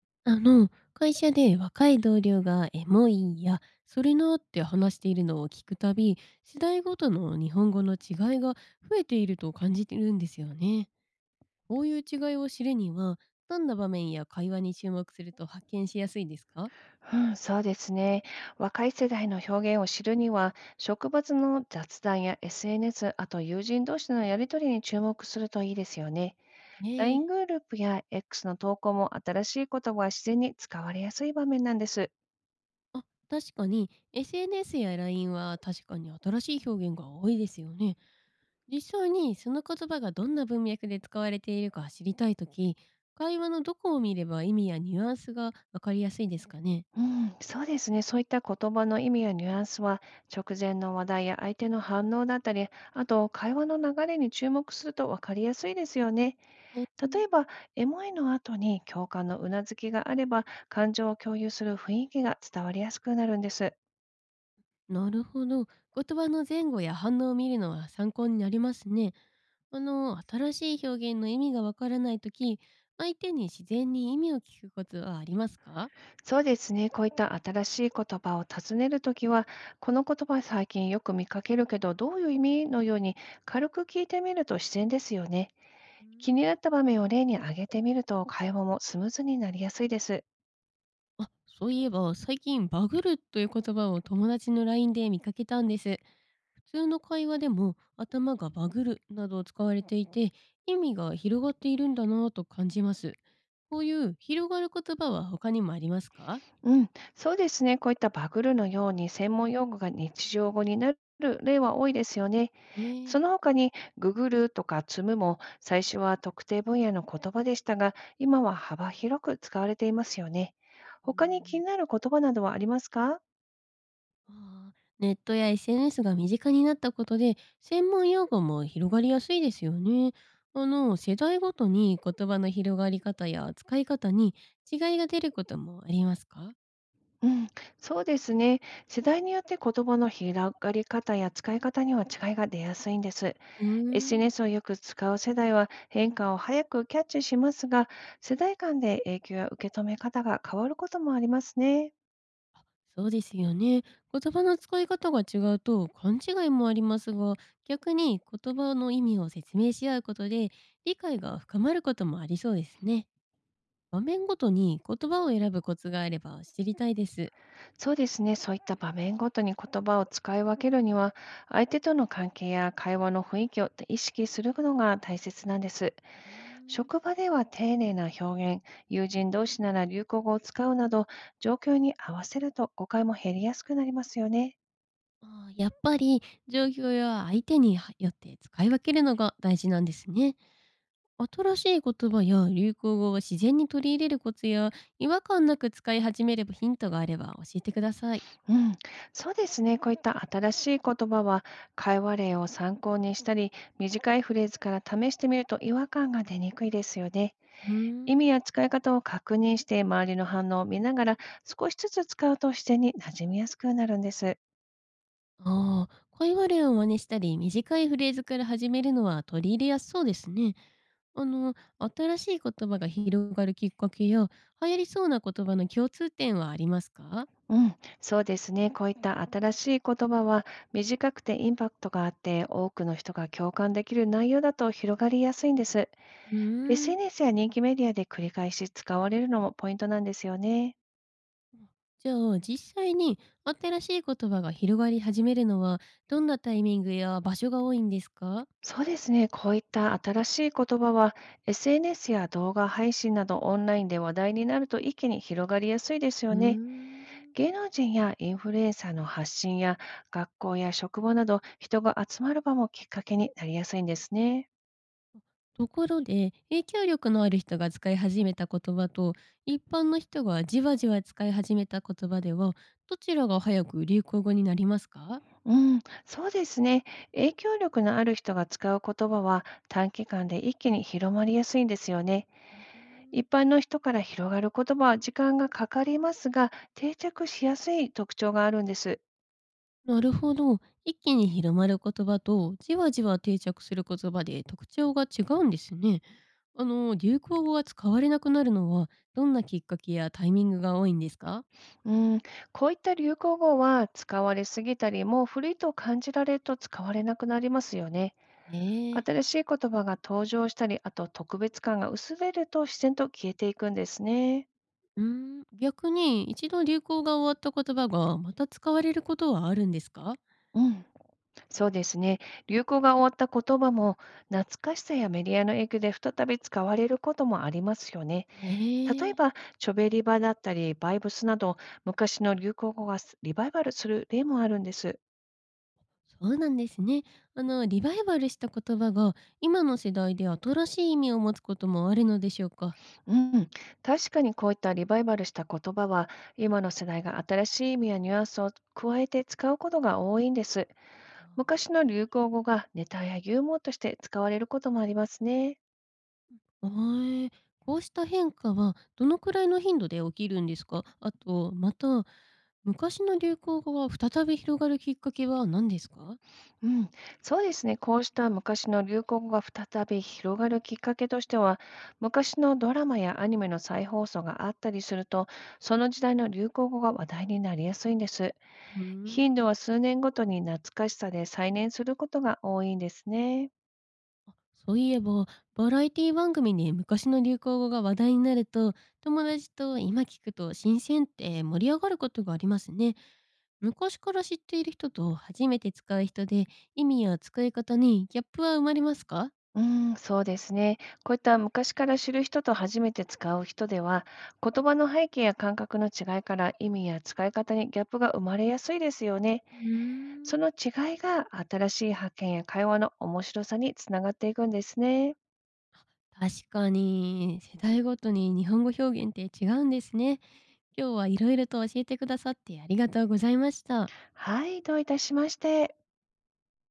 会社で若い同僚がエモいや、それなって話しているのを聞くたび、世代ごとの日本語の違いが増えていると感じてるんですよね。こういう違いを知るには、どんな場面や会話に注目すると発見しやすいですかうん、そうですね。若い世代の表現を知るには、植物の雑談や SNS、あと友人同士のやりとりに注目するといいですよね。ねえ。LINE グループや X の投稿も新しい言葉は自然に使われやすい場面なんです。あ、確かに SNS やラインは確かに新しい表現が多いですよね。実際にその言葉がどんな文脈で使われているか知りたいとき、会話のどこを見れば意味やニュアンスがわかりやすいですかね。うん、そうですね。そういった言葉の意味やニュアンスは、直前の話題や相手の反応だったり、あと会話の流れに注目すると分かりやすいですよね。えー例えば、エモいの後に共感のうなずきがあれば、感情を共有する雰囲気が伝わりやすくなるんです。なるほど。言葉の前後や反応を見るのは参考になりますね。新しい表現の意味がわからないとき、相手に自然に意味を聞くことはありますか？そうですね、こういった新しい言葉を尋ねるときは、この言葉最近よく見かけるけど、どういう意味のように軽く聞いてみると自然ですよね。うー気にん。なった場面を例に挙げてみると、会話もスムーズになりやすいです。あ、そういえば最近バグるという言葉を友達の LINE で見かけたんです。普通の会話でも頭がバグるなど使われていて意味が広がっているんだなぁと感じます。こういう広がる言葉は他にもありますか？うん、そうですね、こういったバグルのように専門用語が日常語になる例は多いですよね。ねえ。その他に、ググ e とか積むも、最初は特定分野の言葉でしたが、今は幅広く使われていますよね。う他に気ん。になる言葉などはありますか？ああ、ネットや SNS が身近になったことで専門用語も広がりやすいですよね。世代ごとに言葉の広がり方や使い方に違いが出ることもありますか？うん、そうですね。世代によって言葉の広がり方や使い方には違いが出やすいんです。うーん。 SNS をよく使う世代は変化を早くキャッチしますが、世代間で影響や受け止め方が変わることもありますね。そうですよね。言葉の使い方が違うと勘違いもありますが、逆に言葉の意味を説明し合うことで理解が深まることもありそうですね。場面ごとに言葉を選ぶコツがあれば知りたいです。そうですね。そういった場面ごとに言葉を使い分けるには、相手との関係や会話の雰囲気を意識するのが大切なんです。うーん。職場では丁寧な表現、友人同士なら流行語を使うなど、状況に合わせると誤解も減りやすくなりますよね。ああ、やっぱり状況や相手によって使い分けるのが大事なんですね。新しい言葉や流行語を自然に取り入れるコツや違和感なく使い始めればヒントがあれば教えてください。うん、そうですね。こういった新しい言葉は、会話例を参考にしたり、短いフレーズから試してみると違和感が出にくいですよね。うー意ん。味や使い方を確認して周りの反応を見ながら少しずつ使うと自然に馴染みやすくなるんです。ああ、会話例を真似したり、短いフレーズから始めるのは取り入れやすそうですね。新しい言葉が広がるきっかけや、流行りそうな言葉の共通点はありますか？うん、そうですね。こういった新しい言葉は短くてインパクトがあって多くの人が共感できる内容だと広がりやすいんです。うーん。 SNS や人気メディアで繰り返し使われるのもポイントなんですよね。じゃあ、実際に新しい言葉が広がり始めるのは、どんなタイミングや場所が多いんですか？そうですね。こういった新しい言葉は SNS や動画配信などオンラインで話題になると一気に広がりやすいですうよーね。ん。芸能人やインフルエンサーの発信や学校や職場など人が集まる場もきっかけになりやすいんですね。ところで、影響力のある人が使い始めた言葉と、一般の人がじわじわ使い始めた言葉では、どちらが早く流行語になりますか？うん、そうですね。影響力のある人が使う言葉は短期間で一気に広まりやすいんですよね。うーん。一般の人から広がる言葉は時間がかかりますが、定着しやすい特徴があるんです。なるほど。一気に広まる言葉と、じわじわ定着する言葉で特徴が違うんですね。流行語が使われなくなるのは、どんなきっかけやタイミングが多いんですか？うん、こういった流行語は使われすぎたり、もう古いと感じられると使われなくなりますよね。ええ。新しい言葉が登場したり、あと特別感が薄れると自然と消えていくんですね。うー逆に一度流行が終わった言葉がまた使われることはあるんですか？うん、そうですね。流行が終わった言葉も、懐かしさやメディアの影響で再び使われることもありますよね。例えええ。ば、チョベリバだったり、バイブスなど、昔の流行語がすリバイバルする例もあるんです。そうなんですね。リバイバルした言葉が今の世代で新しい意味を持つこともあるのでしょうか。うん、確かにこういったリバイバルした言葉は、今の世代が新しい意味やニュアンスを加えて使うことが多いんです。あ昔の流行語がネタやユーモアとして使われることもありますね。ーーえこうした変化はどのくらいの頻度で起きるんですか？あと、また、昔の流行語が再び広がるきっかけは何ですか？うん、そうですね。こうした昔の流行語が再び広がるきっかけとしては、昔のドラマやアニメの再放送があったりすると、その時代の流行語が話題になりやすいんです。うー頻ん。度は数年ごとに懐かしさで再燃することが多いんですね。そういえば、バラエティ番組で昔の流行語が話題になると、友達と今聞くと新鮮って盛り上がることがありますね。昔から知っている人と初めて使う人で意味や使い方にギャップは生まれますか？うん、そうですね。こういった昔から知る人と初めて使う人では、言葉の背景や感覚の違いから意味や使い方にギャップが生まれやすいですよね。うーそん。の違いが新しい発見や会話の面白さにつながっていくんですね。確かに、世代ごとに日本語表現って違うんですね。今日はいろいろと教えてくださってありがとうございました。はい、どういたしまして。